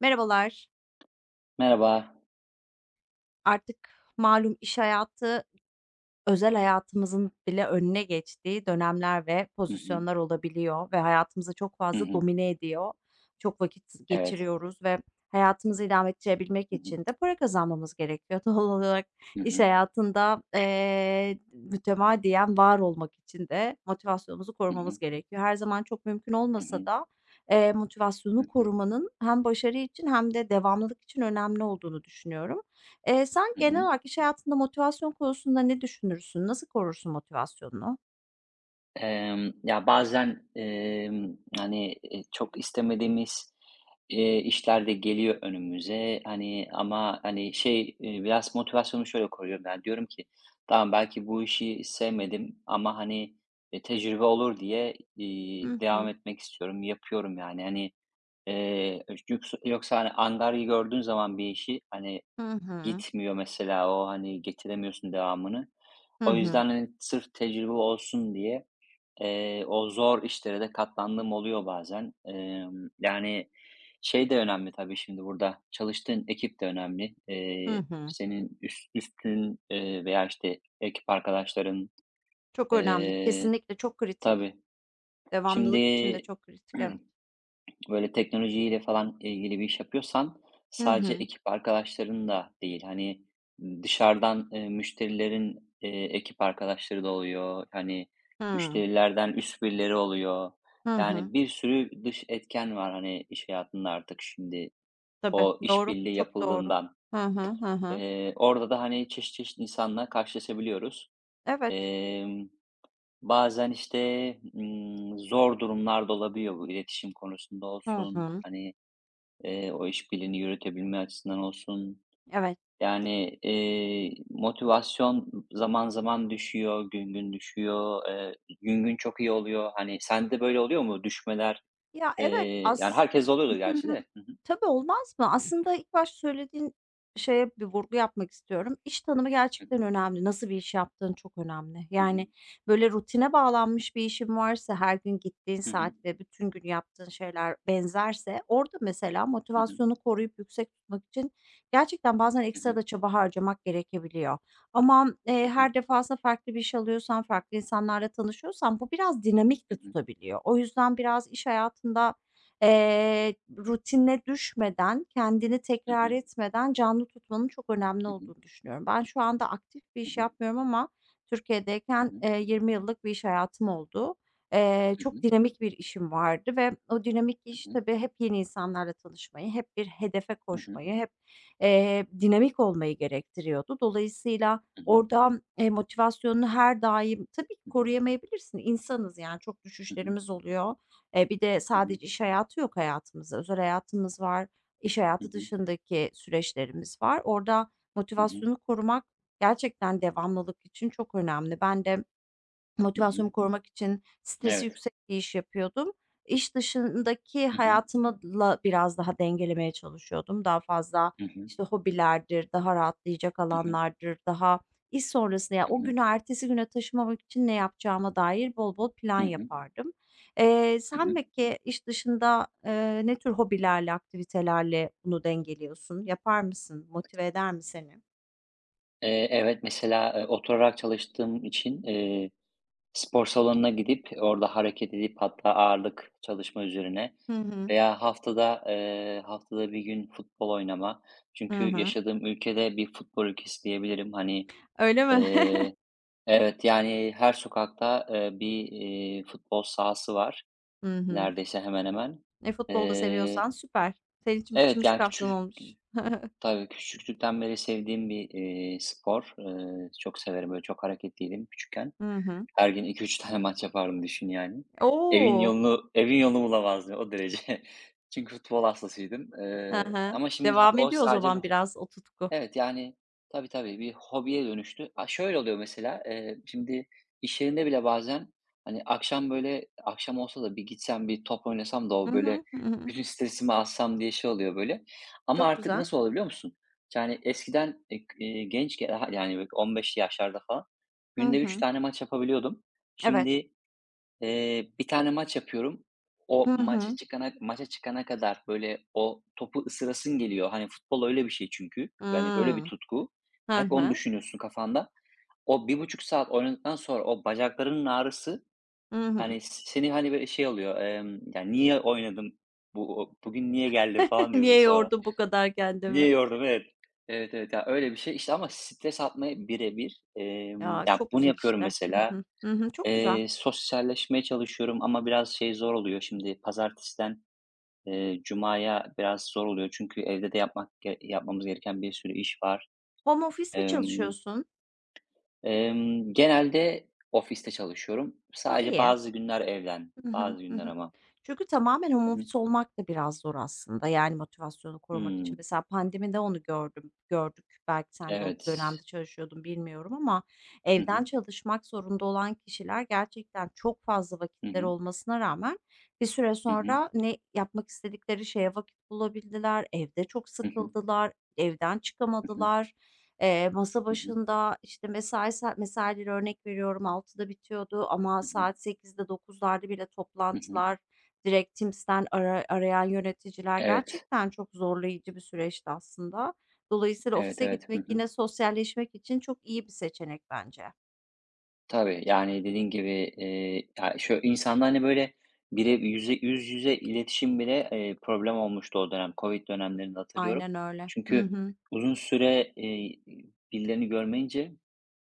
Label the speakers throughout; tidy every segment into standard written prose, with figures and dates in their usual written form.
Speaker 1: Merhabalar.
Speaker 2: Merhaba.
Speaker 1: Artık malum iş hayatı, özel hayatımızın bile önüne geçtiği dönemler ve
Speaker 2: Hı hı.
Speaker 1: pozisyonlar olabiliyor ve hayatımızı çok
Speaker 2: Hı
Speaker 1: fazla
Speaker 2: hı.
Speaker 1: domine ediyor. Çok vakit
Speaker 2: Evet.
Speaker 1: geçiriyoruz ve hayatımızı idame ettirebilmek
Speaker 2: Hı hı.
Speaker 1: için de para kazanmamız gerekiyor. Doğal olarak
Speaker 2: Hı
Speaker 1: iş
Speaker 2: hı.
Speaker 1: hayatında, mütemadiyen var olmak için de motivasyonumuzu
Speaker 2: Hı
Speaker 1: korumamız
Speaker 2: hı.
Speaker 1: gerekiyor. Her zaman çok mümkün
Speaker 2: Hı
Speaker 1: olmasa
Speaker 2: hı.
Speaker 1: da, motivasyonu
Speaker 2: Hı hı.
Speaker 1: korumanın hem başarı için hem de devamlılık için önemli olduğunu düşünüyorum. Sen
Speaker 2: Hı
Speaker 1: genel
Speaker 2: hı.
Speaker 1: olarak iş hayatında motivasyon konusunda ne düşünürsün? Nasıl korursun motivasyonunu?
Speaker 2: Ya, bazen, hani, çok istemediğimiz, işler de geliyor önümüze. Hani, ama, hani, şey, biraz motivasyonu şöyle koruyorum. Yani, diyorum ki, "Tamam, belki bu işi sevmedim ama, hani, tecrübe olur diye,
Speaker 1: Hı
Speaker 2: devam
Speaker 1: hı.
Speaker 2: etmek istiyorum." Yapıyorum, yani. Hani, yoksa, hani, angarya gördüğün zaman bir işi, hani,
Speaker 1: Hı hı.
Speaker 2: gitmiyor mesela o, hani, getiremiyorsun devamını.
Speaker 1: Hı
Speaker 2: O
Speaker 1: hı.
Speaker 2: yüzden, hani, sırf tecrübe olsun diye, o zor işlere de katlandığım oluyor bazen. Yani, şey de önemli tabii şimdi burada, çalıştığın ekip de önemli.
Speaker 1: Hı hı.
Speaker 2: Senin üstün, veya, işte, ekip arkadaşların,
Speaker 1: Çok önemli.
Speaker 2: eee
Speaker 1: Kesinlikle çok kritik.
Speaker 2: tabii. Şimdi
Speaker 1: Devamlılık için de çok kritik, evet.
Speaker 2: böyle teknolojiyle falan ilgili bir iş yapıyorsan
Speaker 1: Hı
Speaker 2: sadece
Speaker 1: hı.
Speaker 2: ekip arkadaşların da değil, hani, dışarıdan, müşterilerin, ekip arkadaşları da oluyor. Hani,
Speaker 1: Hıı.
Speaker 2: müşterilerden üst birileri oluyor.
Speaker 1: Hı hı.
Speaker 2: Yani bir sürü dış etken var, hani, iş hayatında artık şimdi
Speaker 1: Tabii,
Speaker 2: o
Speaker 1: doğru.
Speaker 2: işbirliği
Speaker 1: Çok doğru.
Speaker 2: yapıldığından.
Speaker 1: Hı hı. Hı hı.
Speaker 2: Orada da, hani, çeşit çeşit insanla karşılaşabiliyoruz.
Speaker 1: Evet.
Speaker 2: Emm, Bazen, işte, zor durumlar da olabiliyor bu iletişim konusunda
Speaker 1: Hı
Speaker 2: olsun,
Speaker 1: hı.
Speaker 2: hani, o işbirliğini yürütebilme açısından olsun.
Speaker 1: Evet.
Speaker 2: Yani, motivasyon zaman zaman düşüyor, gün gün düşüyor. Gün gün çok iyi oluyor. Hani, sende böyle oluyor mu düşmeler?
Speaker 1: Ya, evet,
Speaker 2: Yani herkes oluyordu
Speaker 1: hı hı.
Speaker 2: gerçi de.
Speaker 1: Tabii, olmaz mı? Aslında ilk başta söylediğin şeye bir vurgu yapmak istiyorum. İş tanımı
Speaker 2: Hı
Speaker 1: gerçekten
Speaker 2: hı.
Speaker 1: önemli. Nasıl bir iş yaptığın çok önemli.
Speaker 2: Hı
Speaker 1: Yani,
Speaker 2: hı.
Speaker 1: böyle, rutine bağlanmış bir işin varsa her gün gittiğin
Speaker 2: Hı
Speaker 1: saat
Speaker 2: hı.
Speaker 1: ve bütün gün yaptığın şeyler benzerse orada mesela
Speaker 2: Hı hı.
Speaker 1: motivasyonu koruyup yüksek tutmak için gerçekten bazen
Speaker 2: Hı
Speaker 1: ekstra
Speaker 2: hı.
Speaker 1: da çaba harcamak gerekebiliyor. Ama,
Speaker 2: Hı hı.
Speaker 1: her defasında farklı bir iş alıyorsan, farklı insanlarla tanışıyorsan bu biraz dinamik de
Speaker 2: Hı hı.
Speaker 1: tutabiliyor. O yüzden biraz iş hayatında, rutine düşmeden, kendini
Speaker 2: Hı
Speaker 1: tekrar
Speaker 2: hı.
Speaker 1: etmeden canlı tutmanın çok önemli
Speaker 2: Hı hı.
Speaker 1: olduğunu düşünüyorum. Ben şu anda aktif bir
Speaker 2: Hı
Speaker 1: iş
Speaker 2: hı.
Speaker 1: yapmıyorum ama
Speaker 2: Hı
Speaker 1: Türkiye'deyken,
Speaker 2: hı.
Speaker 1: 20 yıllık bir iş hayatım oldu.
Speaker 2: Hı
Speaker 1: Çok
Speaker 2: hı.
Speaker 1: dinamik bir işim vardı ve o dinamik iş
Speaker 2: Hı hı.
Speaker 1: tabii hep yeni insanlarla tanışmayı, hep bir hedefe
Speaker 2: Hı hı. Hı hı.
Speaker 1: koşmayı, hep, dinamik olmayı gerektiriyordu. Dolayısıyla
Speaker 2: Hı hı.
Speaker 1: orada, motivasyonunu her daim tabii ki koruyamayabilirsin, insanız yani çok
Speaker 2: Hı hı.
Speaker 1: düşüşlerimiz oluyor. Bir de sadece iş hayatı yok hayatımızda. Özel hayatımız var, iş
Speaker 2: Hı
Speaker 1: hayatı
Speaker 2: hı.
Speaker 1: dışındaki süreçlerimiz var. Orada
Speaker 2: Hı hı.
Speaker 1: motivasyonu korumak gerçekten devamlılık için çok önemli. Ben de
Speaker 2: Hı hı.
Speaker 1: motivasyonumu korumak için stresi
Speaker 2: Evet.
Speaker 1: yüksek bir iş yapıyordum. İş dışındaki
Speaker 2: Hı hı.
Speaker 1: hayatımla biraz daha dengelemeye çalışıyordum. Daha fazla,
Speaker 2: Hı hı.
Speaker 1: işte, hobilerdir, daha rahatlayacak
Speaker 2: Hı hı.
Speaker 1: alanlardır, daha iş sonrasında ya,
Speaker 2: Hı
Speaker 1: o
Speaker 2: hı.
Speaker 1: günü ertesi güne taşımamak için ne yapacağıma dair bol bol plan
Speaker 2: Hı hı.
Speaker 1: yapardım.
Speaker 2: Hı
Speaker 1: Sen
Speaker 2: hı.
Speaker 1: peki iş dışında, ne tür hobilerle, aktivitelerle bunu dengeliyorsun? Yapar mısın? Motive eder mi seni?
Speaker 2: Evet, mesela, oturarak çalıştığım için, spor salonuna gidip orada hareket edip hatta ağırlık çalışma üzerine
Speaker 1: Hı hı.
Speaker 2: veya haftada bir gün futbol oynama.
Speaker 1: Hı
Speaker 2: Çünkü
Speaker 1: hı.
Speaker 2: yaşadığım ülkede bir futbol ülkesi diyebilirim. Hani,
Speaker 1: Öyle mi?
Speaker 2: eee, evet, yani her sokakta, bir, futbol sahası var
Speaker 1: Hı hı.
Speaker 2: neredeyse hemen hemen.
Speaker 1: E, futbolu da
Speaker 2: Eee,
Speaker 1: seviyorsan süper. Senin için
Speaker 2: evet,
Speaker 1: biçilmiş
Speaker 2: yani
Speaker 1: kaftan olmuş.
Speaker 2: tabii, küçüklükten beri sevdiğim bir, spor. Çok severim, böyle, çok hareketliydim küçükken.
Speaker 1: Hı hı.
Speaker 2: Her gün iki üç tane maç yapardım düşün yani. Evin
Speaker 1: O!
Speaker 2: yolunu evin yolunu bulamazdım o derece. Çünkü futbol hastasıydım.
Speaker 1: Hı hı.
Speaker 2: Ama şimdi ha
Speaker 1: Devam
Speaker 2: o
Speaker 1: ediyor o
Speaker 2: sadece
Speaker 1: zaman biraz o tutku.
Speaker 2: evet, tabii, tabii, bir hobiye dönüştü. A, şöyle oluyor mesela, şimdi iş yerinde bile bazen, hani, akşam, böyle, akşam olsa da bir gitsem, bir top oynasam da
Speaker 1: Hı
Speaker 2: o, böyle,
Speaker 1: hı. Hı hı.
Speaker 2: bütün stresimi alsam diye şey oluyor, böyle. Ama
Speaker 1: Çok
Speaker 2: artık
Speaker 1: güzel.
Speaker 2: nasıl oluyor biliyor musun? Yani eskiden, k gençken, ha yani, böyle, 15'li yaşlarda falan
Speaker 1: Hı
Speaker 2: günde 3
Speaker 1: hı.
Speaker 2: tane maç yapabiliyordum.
Speaker 1: Evet.
Speaker 2: Şimdi, bir tane maç yapıyorum.
Speaker 1: Hı
Speaker 2: O maça
Speaker 1: hı.
Speaker 2: çıkana maça çıkana kadar, böyle, o topu ısırasın geliyor. Hani, futbol öyle bir şey çünkü. Yani, öyle bir
Speaker 1: Hımm.
Speaker 2: tutku.
Speaker 1: Hı
Speaker 2: Hep onu
Speaker 1: hı.
Speaker 2: düşünüyorsun kafanda. O bir buçuk saat oynadıktan sonra o bacaklarının ağrısı,
Speaker 1: Hı hı.
Speaker 2: hani, seni, hani, böyle, şey oluyor, "Ya, niye oynadım? Bu o Bugün niye geldim?" falan diyorsun
Speaker 1: Niye
Speaker 2: sonra.
Speaker 1: yordum bu kadar
Speaker 2: "Niye
Speaker 1: kendimi?
Speaker 2: yordum?" Evet. Evet, evet. Ya, öyle bir şey. İşte, ama stres atmaya bire bir.
Speaker 1: Ya,
Speaker 2: Ya,
Speaker 1: çok
Speaker 2: bunu
Speaker 1: güzel
Speaker 2: yapıyorum
Speaker 1: işte. Hı
Speaker 2: mesela.
Speaker 1: hı. Hı hı. Çok güzel.
Speaker 2: Sosyalleşmeye çalışıyorum ama biraz şey zor oluyor şimdi pazartesiden, cumaya biraz zor oluyor çünkü evde de yapmak ge yapmamız gereken bir sürü iş var.
Speaker 1: Home office mi
Speaker 2: Emm,
Speaker 1: çalışıyorsun?
Speaker 2: Genelde ofiste çalışıyorum.
Speaker 1: A,
Speaker 2: Sadece
Speaker 1: iyi.
Speaker 2: bazı günler evden,
Speaker 1: Hı hı.
Speaker 2: bazı
Speaker 1: Hı
Speaker 2: günler
Speaker 1: hı.
Speaker 2: ama.
Speaker 1: Çünkü tamamen
Speaker 2: Hı
Speaker 1: home
Speaker 2: hı.
Speaker 1: office olmak da biraz zor aslında. Yani motivasyonu korumak için
Speaker 2: Hımm,
Speaker 1: mesela pandemide onu gördük. Belki sen de o
Speaker 2: evet.
Speaker 1: dönemde çalışıyordun bilmiyorum ama
Speaker 2: Hı
Speaker 1: evden
Speaker 2: hı.
Speaker 1: çalışmak zorunda olan kişiler gerçekten çok fazla
Speaker 2: Hı
Speaker 1: vakitleri
Speaker 2: hı.
Speaker 1: olmasına rağmen bir süre
Speaker 2: Hı hı.
Speaker 1: sonra ne yapmak istedikleri şeye vakit bulabildiler, evde çok
Speaker 2: Hı hı.
Speaker 1: sıkıldılar, evden
Speaker 2: Hı hı.
Speaker 1: çıkamadılar. Masa
Speaker 2: Hı hı.
Speaker 1: başında işte mesaileri örnek veriyorum altıda bitiyordu ama
Speaker 2: Hı hı.
Speaker 1: saat 8'de dokuzlarda bile
Speaker 2: Hı hı.
Speaker 1: toplantılar, direkt Teams'ten arayan yöneticiler
Speaker 2: Evet.
Speaker 1: gerçekten çok zorlayıcı bir süreçti aslında. Dolayısıyla
Speaker 2: Evet,
Speaker 1: ofise
Speaker 2: evet. Hı
Speaker 1: gitmek
Speaker 2: hı.
Speaker 1: yine sosyalleşmek için çok iyi bir seçenek bence.
Speaker 2: Tabii, yani, dediğin gibi, ya, şu insanda, hani, böyle, bire yüze yüz yüze iletişim bile, problem olmuştu o dönem. COVID dönemlerinde hatırlıyorum.
Speaker 1: Aynen öyle. Hı
Speaker 2: Çünkü
Speaker 1: hı.
Speaker 2: uzun süre, birilerini görmeyince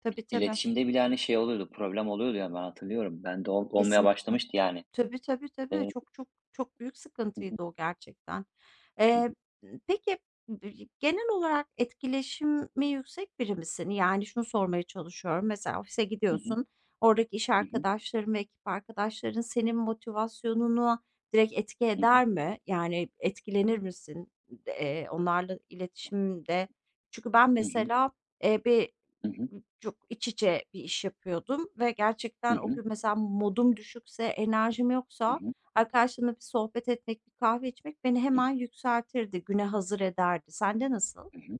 Speaker 1: Tabii, tabii.
Speaker 2: iletişimde bile, hani, şey oluyordu, problem oluyordu ya, ben hatırlıyorum. Bende olmaya
Speaker 1: Kesinlikle.
Speaker 2: başlamıştı, yani.
Speaker 1: Tabii, tabii, tabii.
Speaker 2: Eee
Speaker 1: Çok, çok, çok büyük
Speaker 2: Hı hı.
Speaker 1: sıkıntıydı o gerçekten.
Speaker 2: Hı
Speaker 1: Eee,
Speaker 2: hı.
Speaker 1: peki, genel olarak etkileşimi yüksek biri misin? Yani şunu sormaya çalışıyorum. Mesela ofise
Speaker 2: Hı
Speaker 1: gidiyorsun, oradaki iş
Speaker 2: hı.
Speaker 1: arkadaşların ve ekip arkadaşların senin motivasyonunu direkt etki
Speaker 2: Hı hı.
Speaker 1: eder mi? Yani etkilenir misin, onlarla iletişimde? Çünkü ben
Speaker 2: Hı hı.
Speaker 1: mesela, bir
Speaker 2: Hı hı.
Speaker 1: çok iç içe bir iş yapıyordum ve
Speaker 2: Hı
Speaker 1: gerçekten o
Speaker 2: hı.
Speaker 1: gün mesela modum düşükse, enerjim
Speaker 2: Hı
Speaker 1: yoksa
Speaker 2: hı.
Speaker 1: arkadaşlarımla bir sohbet etmek, bir kahve içmek beni
Speaker 2: Hı
Speaker 1: hemen yükseltirdi, güne hazır ederdi. Sende nasıl?
Speaker 2: hı.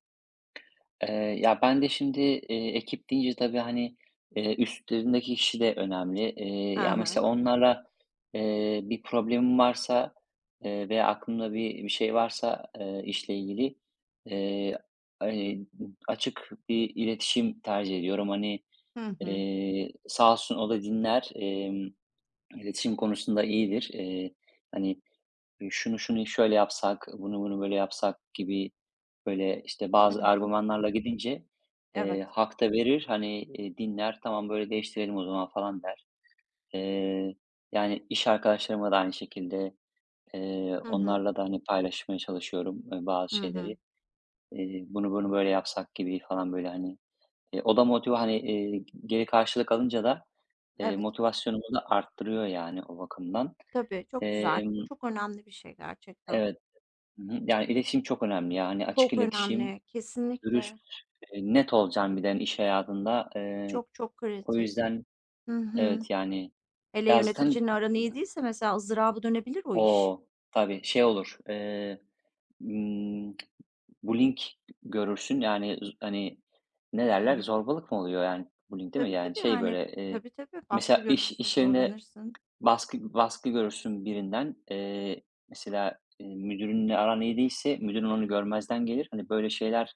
Speaker 2: Ya, ben de şimdi, ekip deyince tabii, hani, üstlerindeki kişi de önemli.
Speaker 1: Hı
Speaker 2: Ya,
Speaker 1: hı.
Speaker 2: mesela onlarla, bir problemim varsa, veya aklımda bir şey varsa, işle ilgili, eee, eee, açık bir iletişim tercih ediyorum. Hani,
Speaker 1: Hı hı.
Speaker 2: sağ olsun o da dinler. İletişim konusunda iyidir. Hani, "Şunu şöyle yapsak, bunu böyle yapsak." gibi, böyle, işte,
Speaker 1: Hı
Speaker 2: bazı
Speaker 1: hı.
Speaker 2: argümanlarla gidince,
Speaker 1: Evet.
Speaker 2: hak da verir. Hani, dinler, "Tamam, böyle değiştirelim o zaman." falan der. Eee, Yani, iş arkadaşlarıma da aynı şekilde,
Speaker 1: Hı hı.
Speaker 2: onlarla da, hani, paylaşmaya çalışıyorum, bazı
Speaker 1: Hı
Speaker 2: şeyleri.
Speaker 1: hı.
Speaker 2: "Bunu böyle yapsak." gibi falan, böyle, hani. O da hani, geri karşılık alınca da,
Speaker 1: Evet.
Speaker 2: motivasyonumu da arttırıyor yani o bakımdan.
Speaker 1: Tabii, çok güzel.
Speaker 2: Emm,
Speaker 1: Bu çok önemli bir şey gerçekten.
Speaker 2: evet. Hı hı. Yani, iletişim çok önemli ya. Hani, açık
Speaker 1: Çok
Speaker 2: iletişim,
Speaker 1: önemli.
Speaker 2: dürüst,
Speaker 1: Kesinlikle.
Speaker 2: net olacaksın bir de, hani, iş hayatında.
Speaker 1: Çok çok
Speaker 2: O
Speaker 1: kritik.
Speaker 2: yüzden
Speaker 1: Hı hı.
Speaker 2: evet, yani,
Speaker 1: Hele
Speaker 2: ya, zaten.
Speaker 1: yöneticinle aran iyi değilse mesela ızdıraba dönebilir o iş.
Speaker 2: O! Tabii, şey olur, ımm, bullying görürsün. Yani, hani, ne
Speaker 1: Hı
Speaker 2: derler?
Speaker 1: hı.
Speaker 2: Zorbalık mı oluyor, yani, bullying değil mi?
Speaker 1: Tabii,
Speaker 2: Yani,
Speaker 1: tabii,
Speaker 2: şey,
Speaker 1: yani,
Speaker 2: böyle,
Speaker 1: tabii, tabii, baskı
Speaker 2: mesela iş
Speaker 1: görürsün,
Speaker 2: iş yerinde
Speaker 1: zorlanırsın.
Speaker 2: baskı görürsün birinden. Mesela, müdürünle aran iyi değilse müdürün onu görmezden gelir. Hani, böyle şeyler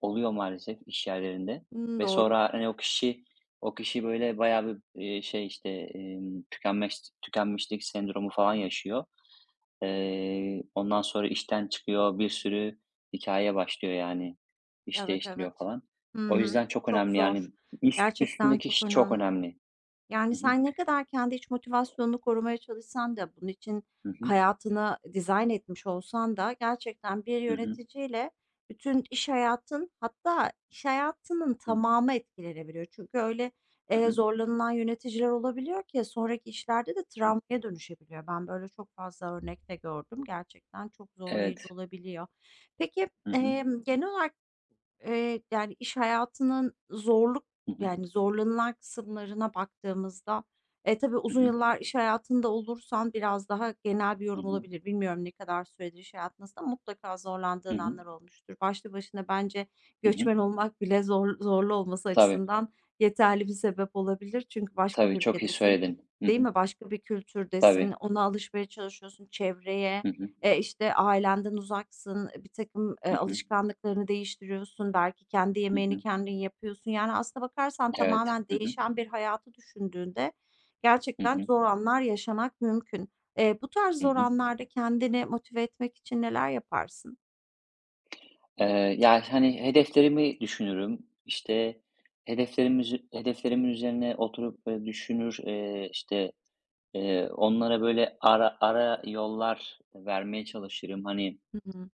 Speaker 2: oluyor maalesef iş yerlerinde
Speaker 1: Hımm,
Speaker 2: ve
Speaker 1: doğru.
Speaker 2: sonra, hani, o kişi, böyle, bayağı bir, şey, işte, tükenmişlik sendromu falan yaşıyor. Ondan sonra işten çıkıyor, bir sürü hikâye başlıyor, yani, iş
Speaker 1: Evet,
Speaker 2: değiştiriyor
Speaker 1: evet.
Speaker 2: falan.
Speaker 1: Hı
Speaker 2: O
Speaker 1: hı.
Speaker 2: yüzden çok
Speaker 1: Çok
Speaker 2: önemli, yani,
Speaker 1: zor. Gerçekten
Speaker 2: üstündeki
Speaker 1: çok
Speaker 2: kişi çok
Speaker 1: önemli.
Speaker 2: önemli.
Speaker 1: Yani,
Speaker 2: Hı hı.
Speaker 1: sen ne kadar kendi iç motivasyonunu korumaya çalışsan da bunun için
Speaker 2: Hı hı.
Speaker 1: hayatını dizayn etmiş olsan da gerçekten bir
Speaker 2: Hı hı.
Speaker 1: yöneticiyle bütün iş hayatın, hatta iş hayatının
Speaker 2: Hı hı.
Speaker 1: tamamı etkilenebiliyor. Çünkü öyle,
Speaker 2: Hı hı.
Speaker 1: zorlanılan yöneticiler olabiliyor ki sonraki işlerde de travmaya dönüşebiliyor. Ben böyle çok fazla örnek de gördüm. Gerçekten çok zorlayıcı
Speaker 2: Evet.
Speaker 1: olabiliyor. Peki,
Speaker 2: Hı hı.
Speaker 1: genel olarak yani,
Speaker 2: Hı hı.
Speaker 1: yani, zorlanılan kısımlarına baktığımızda, tabii
Speaker 2: Hı
Speaker 1: uzun
Speaker 2: hı.
Speaker 1: yıllar iş hayatında olursan biraz daha genel bir
Speaker 2: Hı
Speaker 1: yorum
Speaker 2: hı.
Speaker 1: olabilir. Bilmiyorum ne kadar süredir iş hayatınızda mutlaka
Speaker 2: Hı
Speaker 1: zorlandığın
Speaker 2: hı.
Speaker 1: anlar olmuştur. Başlı başına bence
Speaker 2: Hı hı.
Speaker 1: göçmen olmak bile zorlu olması
Speaker 2: Tabii,
Speaker 1: açısından yeterli bir sebep olabilir. Çünkü başka bir
Speaker 2: tabii, çok iyi
Speaker 1: ülkedesin,
Speaker 2: söyledin. Hı
Speaker 1: değil
Speaker 2: hı.
Speaker 1: mi? Başka bir kültürdesin,
Speaker 2: Tabii.
Speaker 1: ona alışmaya çalışıyorsun, çevreye
Speaker 2: Hı hı.
Speaker 1: İşte, ailenden uzaksın, birtakım,
Speaker 2: Hı hı.
Speaker 1: alışkanlıklarını değiştiriyorsun, belki kendi
Speaker 2: Hı
Speaker 1: yemeğini
Speaker 2: hı.
Speaker 1: kendin yapıyorsun. Yani, aslına bakarsan
Speaker 2: Evet.
Speaker 1: tamamen
Speaker 2: Hı hı.
Speaker 1: değişen bir hayatı düşündüğünde
Speaker 2: Hı
Speaker 1: gerçekten
Speaker 2: hı.
Speaker 1: zor anlar yaşamak mümkün. Bu tarz
Speaker 2: Hı
Speaker 1: zor
Speaker 2: hı.
Speaker 1: anlarda kendini motive etmek için neler yaparsın?
Speaker 2: Ya, hani, hedeflerimi düşünürüm. İşte, hedeflerimin üzerine oturup, böyle, düşünür, işte, onlara, böyle, ara ara yollar vermeye çalışırım. Hani.
Speaker 1: Hı hı.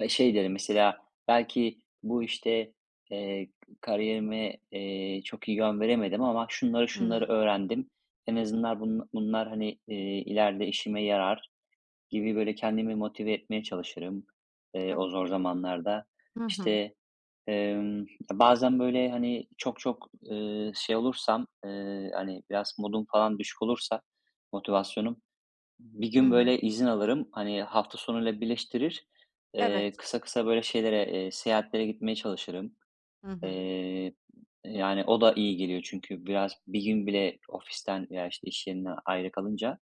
Speaker 2: Ve şey derim mesela belki bu işte, eee, kariyerime, çok iyi yön veremedim ama şunları
Speaker 1: Hı
Speaker 2: şunları
Speaker 1: hı.
Speaker 2: öğrendim. En azından bunlar, hani, ileride işime yarar gibi böyle kendimi motive etmeye çalışırım, o
Speaker 1: Evet.
Speaker 2: zor zamanlarda.
Speaker 1: Hı hı.
Speaker 2: İşte, emm, bazen böyle, hani, çok çok, şey olursam, hani, biraz modum falan düşük olursa, motivasyonum, bir
Speaker 1: Hı
Speaker 2: gün
Speaker 1: hı.
Speaker 2: böyle izin alırım. Hani hafta sonuyla birleştirir.
Speaker 1: Evet.
Speaker 2: Kısa kısa böyle şeylere, seyahatlere gitmeye çalışırım.
Speaker 1: Hı hı.
Speaker 2: Eee, Yani o da iyi geliyor çünkü biraz bir gün bile ofisten veya işte iş yerinden ayrı kalınca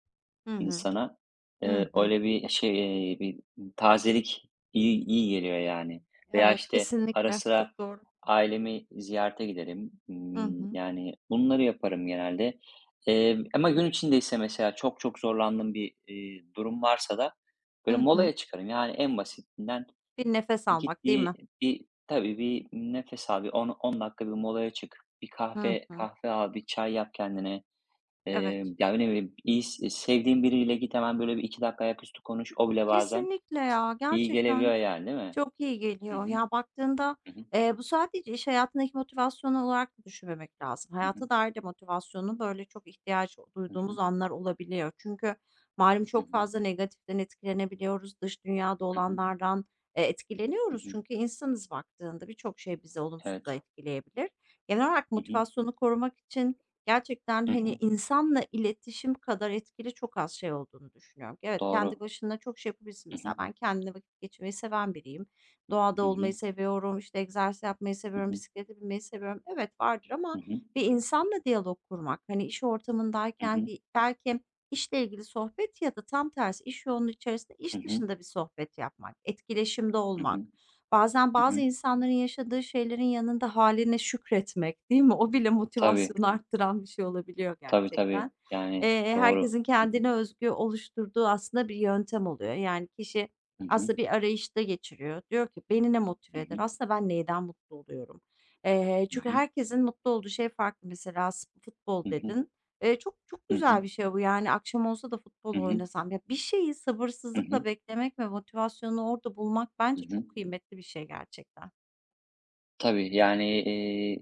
Speaker 1: Hı hı.
Speaker 2: insana
Speaker 1: Hı hı.
Speaker 2: öyle bir şey, bir tazelik iyi geliyor yani. Veya,
Speaker 1: Evet,
Speaker 2: işte, ara
Speaker 1: kesinlikle.
Speaker 2: sıra
Speaker 1: Çok doğru.
Speaker 2: ailemi ziyarete giderim.
Speaker 1: Hı hı.
Speaker 2: Yani bunları yaparım genelde. Ama gün içindeyse mesela çok çok zorlandığım bir, durum varsa da böyle
Speaker 1: Hı hı.
Speaker 2: molaya çıkarım. Yani en basitinden
Speaker 1: Bir nefes
Speaker 2: git
Speaker 1: almak, değil
Speaker 2: bir
Speaker 1: mi?
Speaker 2: tabii bir nefes al, bir 10 dakika bir molaya çık. Bir
Speaker 1: Hı
Speaker 2: kahve
Speaker 1: hı.
Speaker 2: kahve al, bir çay yap kendine.
Speaker 1: Evet.
Speaker 2: Ya, önemli. Sevdiğin biriyle git hemen böyle bir 2 dakika ayaküstü konuş. O bile bazen
Speaker 1: Kesinlikle ya,
Speaker 2: iyi
Speaker 1: gerçekten
Speaker 2: gelebiliyor yani, değil mi?
Speaker 1: çok iyi
Speaker 2: Hı
Speaker 1: geliyor.
Speaker 2: hı.
Speaker 1: Ya, baktığında,
Speaker 2: Hı hı.
Speaker 1: bu sadece iş hayatındaki motivasyon olarak da düşünmemek lazım.
Speaker 2: Hı hı.
Speaker 1: Hayata dair de motivasyonun böyle çok ihtiyaç
Speaker 2: Hı
Speaker 1: duyduğumuz
Speaker 2: hı.
Speaker 1: anlar olabiliyor. Çünkü malum
Speaker 2: Hı
Speaker 1: çok
Speaker 2: hı.
Speaker 1: fazla negatiften etkilenebiliyoruz. Dış dünyada
Speaker 2: Hı hı.
Speaker 1: olanlardan,
Speaker 2: Hı
Speaker 1: etkileniyoruz.
Speaker 2: hı.
Speaker 1: Çünkü insanız baktığında birçok şey bizi olumsuz da
Speaker 2: Evet.
Speaker 1: etkileyebilir. Genel olarak
Speaker 2: Hı hı.
Speaker 1: motivasyonu korumak için gerçekten,
Speaker 2: Hı
Speaker 1: hani,
Speaker 2: hı.
Speaker 1: insanla iletişim kadar etkili çok az şey olduğunu düşünüyorum. Evet, kendi
Speaker 2: Doğru.
Speaker 1: başına çok şey yapabilirsin.
Speaker 2: Hı
Speaker 1: Mesela
Speaker 2: hı.
Speaker 1: ben kendimle vakit geçirmeyi seven biriyim. Doğada
Speaker 2: Hı
Speaker 1: olmayı
Speaker 2: hı.
Speaker 1: seviyorum, işte, egzersiz yapmayı
Speaker 2: Hı
Speaker 1: seviyorum,
Speaker 2: hı.
Speaker 1: bisiklete binmeyi seviyorum. Evet, vardır
Speaker 2: Hı
Speaker 1: ama
Speaker 2: hı.
Speaker 1: bir insanla diyalog kurmak, hani, iş
Speaker 2: Hı
Speaker 1: ortamındayken
Speaker 2: hı.
Speaker 1: bir belki işle ilgili sohbet ya da tam tersi iş yoğunluğu içerisinde
Speaker 2: Hı
Speaker 1: iş
Speaker 2: hı.
Speaker 1: dışında bir sohbet yapmak, etkileşimde
Speaker 2: Hı
Speaker 1: olmak.
Speaker 2: hı.
Speaker 1: Bazen
Speaker 2: Hı
Speaker 1: bazı
Speaker 2: hı.
Speaker 1: insanların yaşadığı şeylerin yanında haline şükretmek, değil mi? O bile
Speaker 2: Tabii.
Speaker 1: motivasyonu arttıran bir şey olabiliyor
Speaker 2: Tabii,
Speaker 1: gerçekten.
Speaker 2: tabii. Yani doğru.
Speaker 1: Herkesin
Speaker 2: Hı hı.
Speaker 1: kendine özgü oluşturduğu aslında bir yöntem oluyor. Yani kişi
Speaker 2: Hı hı.
Speaker 1: aslında bir arayışta geçiriyor. Diyor ki, "Beni ne motive
Speaker 2: Hı
Speaker 1: eder?
Speaker 2: hı.
Speaker 1: Aslında ben neyden mutlu oluyorum?"
Speaker 2: Hı
Speaker 1: Çünkü
Speaker 2: hı.
Speaker 1: herkesin mutlu olduğu şey farklı. Mesela futbol
Speaker 2: Hı hı.
Speaker 1: dedin. Çok çok
Speaker 2: Hı
Speaker 1: güzel
Speaker 2: hı.
Speaker 1: bir şey bu, yani, akşam olsa da futbol
Speaker 2: Hı hı.
Speaker 1: oynasam. Ya, bir şeyi
Speaker 2: Hı hı.
Speaker 1: sabırsızlıkla beklemek ve motivasyonu orada bulmak
Speaker 2: Hı
Speaker 1: bence
Speaker 2: hı.
Speaker 1: çok kıymetli bir şey gerçekten.
Speaker 2: Tabii, yani,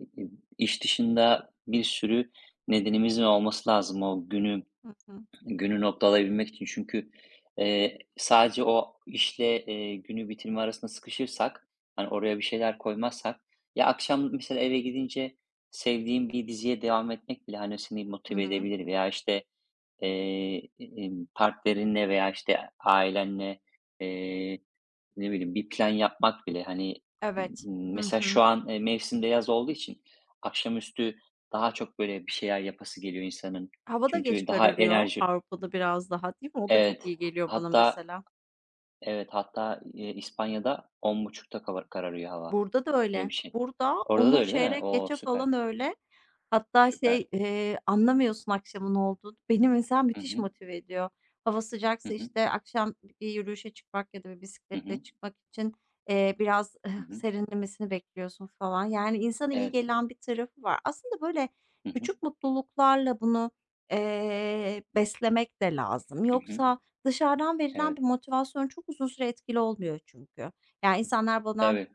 Speaker 2: iş dışında bir sürü nedenimizin olması lazım o günü
Speaker 1: Hı hı.
Speaker 2: günü noktalayabilmek için. Çünkü, sadece o işle, günü bitirme arasında sıkışırsak, hani, oraya bir şeyler koymazsak ya, akşam mesela eve gidince sevdiğim bir diziye devam etmek bile, hani, seni
Speaker 1: Hı
Speaker 2: motive
Speaker 1: hı.
Speaker 2: edebilir veya, işte, partnerinle veya, işte, ailenle, eee, ne bileyim, bir plan yapmak bile, hani,
Speaker 1: Evet. Hı
Speaker 2: mesela
Speaker 1: hı.
Speaker 2: şu an, mevsim yaz olduğu için akşamüstü daha çok, böyle, bir şeyler yapası geliyor insanın.
Speaker 1: Hava da geç
Speaker 2: Çünkü daha
Speaker 1: kararıyor
Speaker 2: enerji.
Speaker 1: Avrupa'da biraz daha, değil mi? O da çok
Speaker 2: Evet,
Speaker 1: iyi geliyor bana
Speaker 2: hatta
Speaker 1: mesela.
Speaker 2: evet, hatta, İspanya'da 10.30'da kava kararıyor hava.
Speaker 1: Burada da
Speaker 2: Öyle
Speaker 1: öyle.
Speaker 2: bir şey.
Speaker 1: Burada
Speaker 2: Orada da
Speaker 1: onu
Speaker 2: öyle değil mi?
Speaker 1: çeyrek
Speaker 2: O,
Speaker 1: geçe
Speaker 2: süper,
Speaker 1: falan öyle. Hatta
Speaker 2: süper.
Speaker 1: şey, anlamıyorsun akşamın olduğunu. Beni mesela
Speaker 2: Hı
Speaker 1: müthiş
Speaker 2: hı.
Speaker 1: motive ediyor. Hava
Speaker 2: Hı
Speaker 1: sıcaksa,
Speaker 2: hı.
Speaker 1: işte, akşam bir yürüyüşe çıkmak ya da bir
Speaker 2: Hı
Speaker 1: bisikletle
Speaker 2: hı.
Speaker 1: çıkmak için, biraz eh,
Speaker 2: Hı hı.
Speaker 1: serinlemesini bekliyorsun falan. Yani insana iyi
Speaker 2: Evet.
Speaker 1: gelen bir tarafı var. Aslında böyle
Speaker 2: Hı hı.
Speaker 1: küçük mutluluklarla bunu, beslemek de lazım.
Speaker 2: Hı hı.
Speaker 1: Yoksa dışarıdan verilen
Speaker 2: Evet.
Speaker 1: bir motivasyon çok uzun süre etkili olmuyor çünkü. Yani insanlar bana
Speaker 2: Tabii.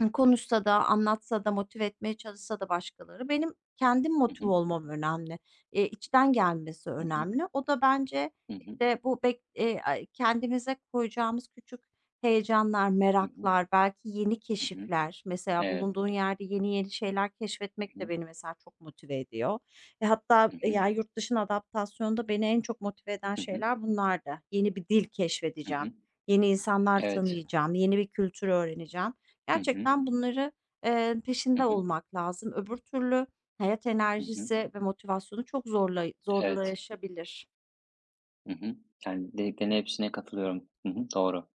Speaker 1: Konuşsa da, anlatsa da, motive etmeye çalışsa da başkaları, benim kendim
Speaker 2: Hı
Speaker 1: motive
Speaker 2: hı.
Speaker 1: olmam önemli. İçten gelmesi
Speaker 2: Hı hı.
Speaker 1: önemli. O da bence,
Speaker 2: Hı hı.
Speaker 1: işte, bu bek ay kendimize koyacağımız küçük heyecanlar,
Speaker 2: Hı hı.
Speaker 1: meraklar, belki yeni
Speaker 2: Hı hı.
Speaker 1: keşifler, mesela
Speaker 2: Evet.
Speaker 1: bulunduğun yerde yeni yeni şeyler
Speaker 2: Hı
Speaker 1: keşfetmek de
Speaker 2: hı.
Speaker 1: beni mesela çok motive ediyor. E, hatta,
Speaker 2: Hı
Speaker 1: e,
Speaker 2: hı.
Speaker 1: yani, yurt dışına adaptasyonda beni en çok motive eden
Speaker 2: Hı hı.
Speaker 1: şeyler bunlar da. Yeni bir dil
Speaker 2: Hı
Speaker 1: keşfedeceğim,
Speaker 2: hı.
Speaker 1: yeni insanlar
Speaker 2: Evet.
Speaker 1: tanıyacağım, yeni bir kültür öğreneceğim.
Speaker 2: Hı hı.
Speaker 1: Gerçekten bunları,
Speaker 2: Hı
Speaker 1: peşinde
Speaker 2: hı.
Speaker 1: olmak lazım. Öbür türlü hayat
Speaker 2: Hı hı.
Speaker 1: enerjisi ve motivasyonu çok
Speaker 2: Evet.
Speaker 1: zorlaşabilir.
Speaker 2: Hı hı. Yani dediklerinin hepsine katılıyorum. Hı hı. Doğru.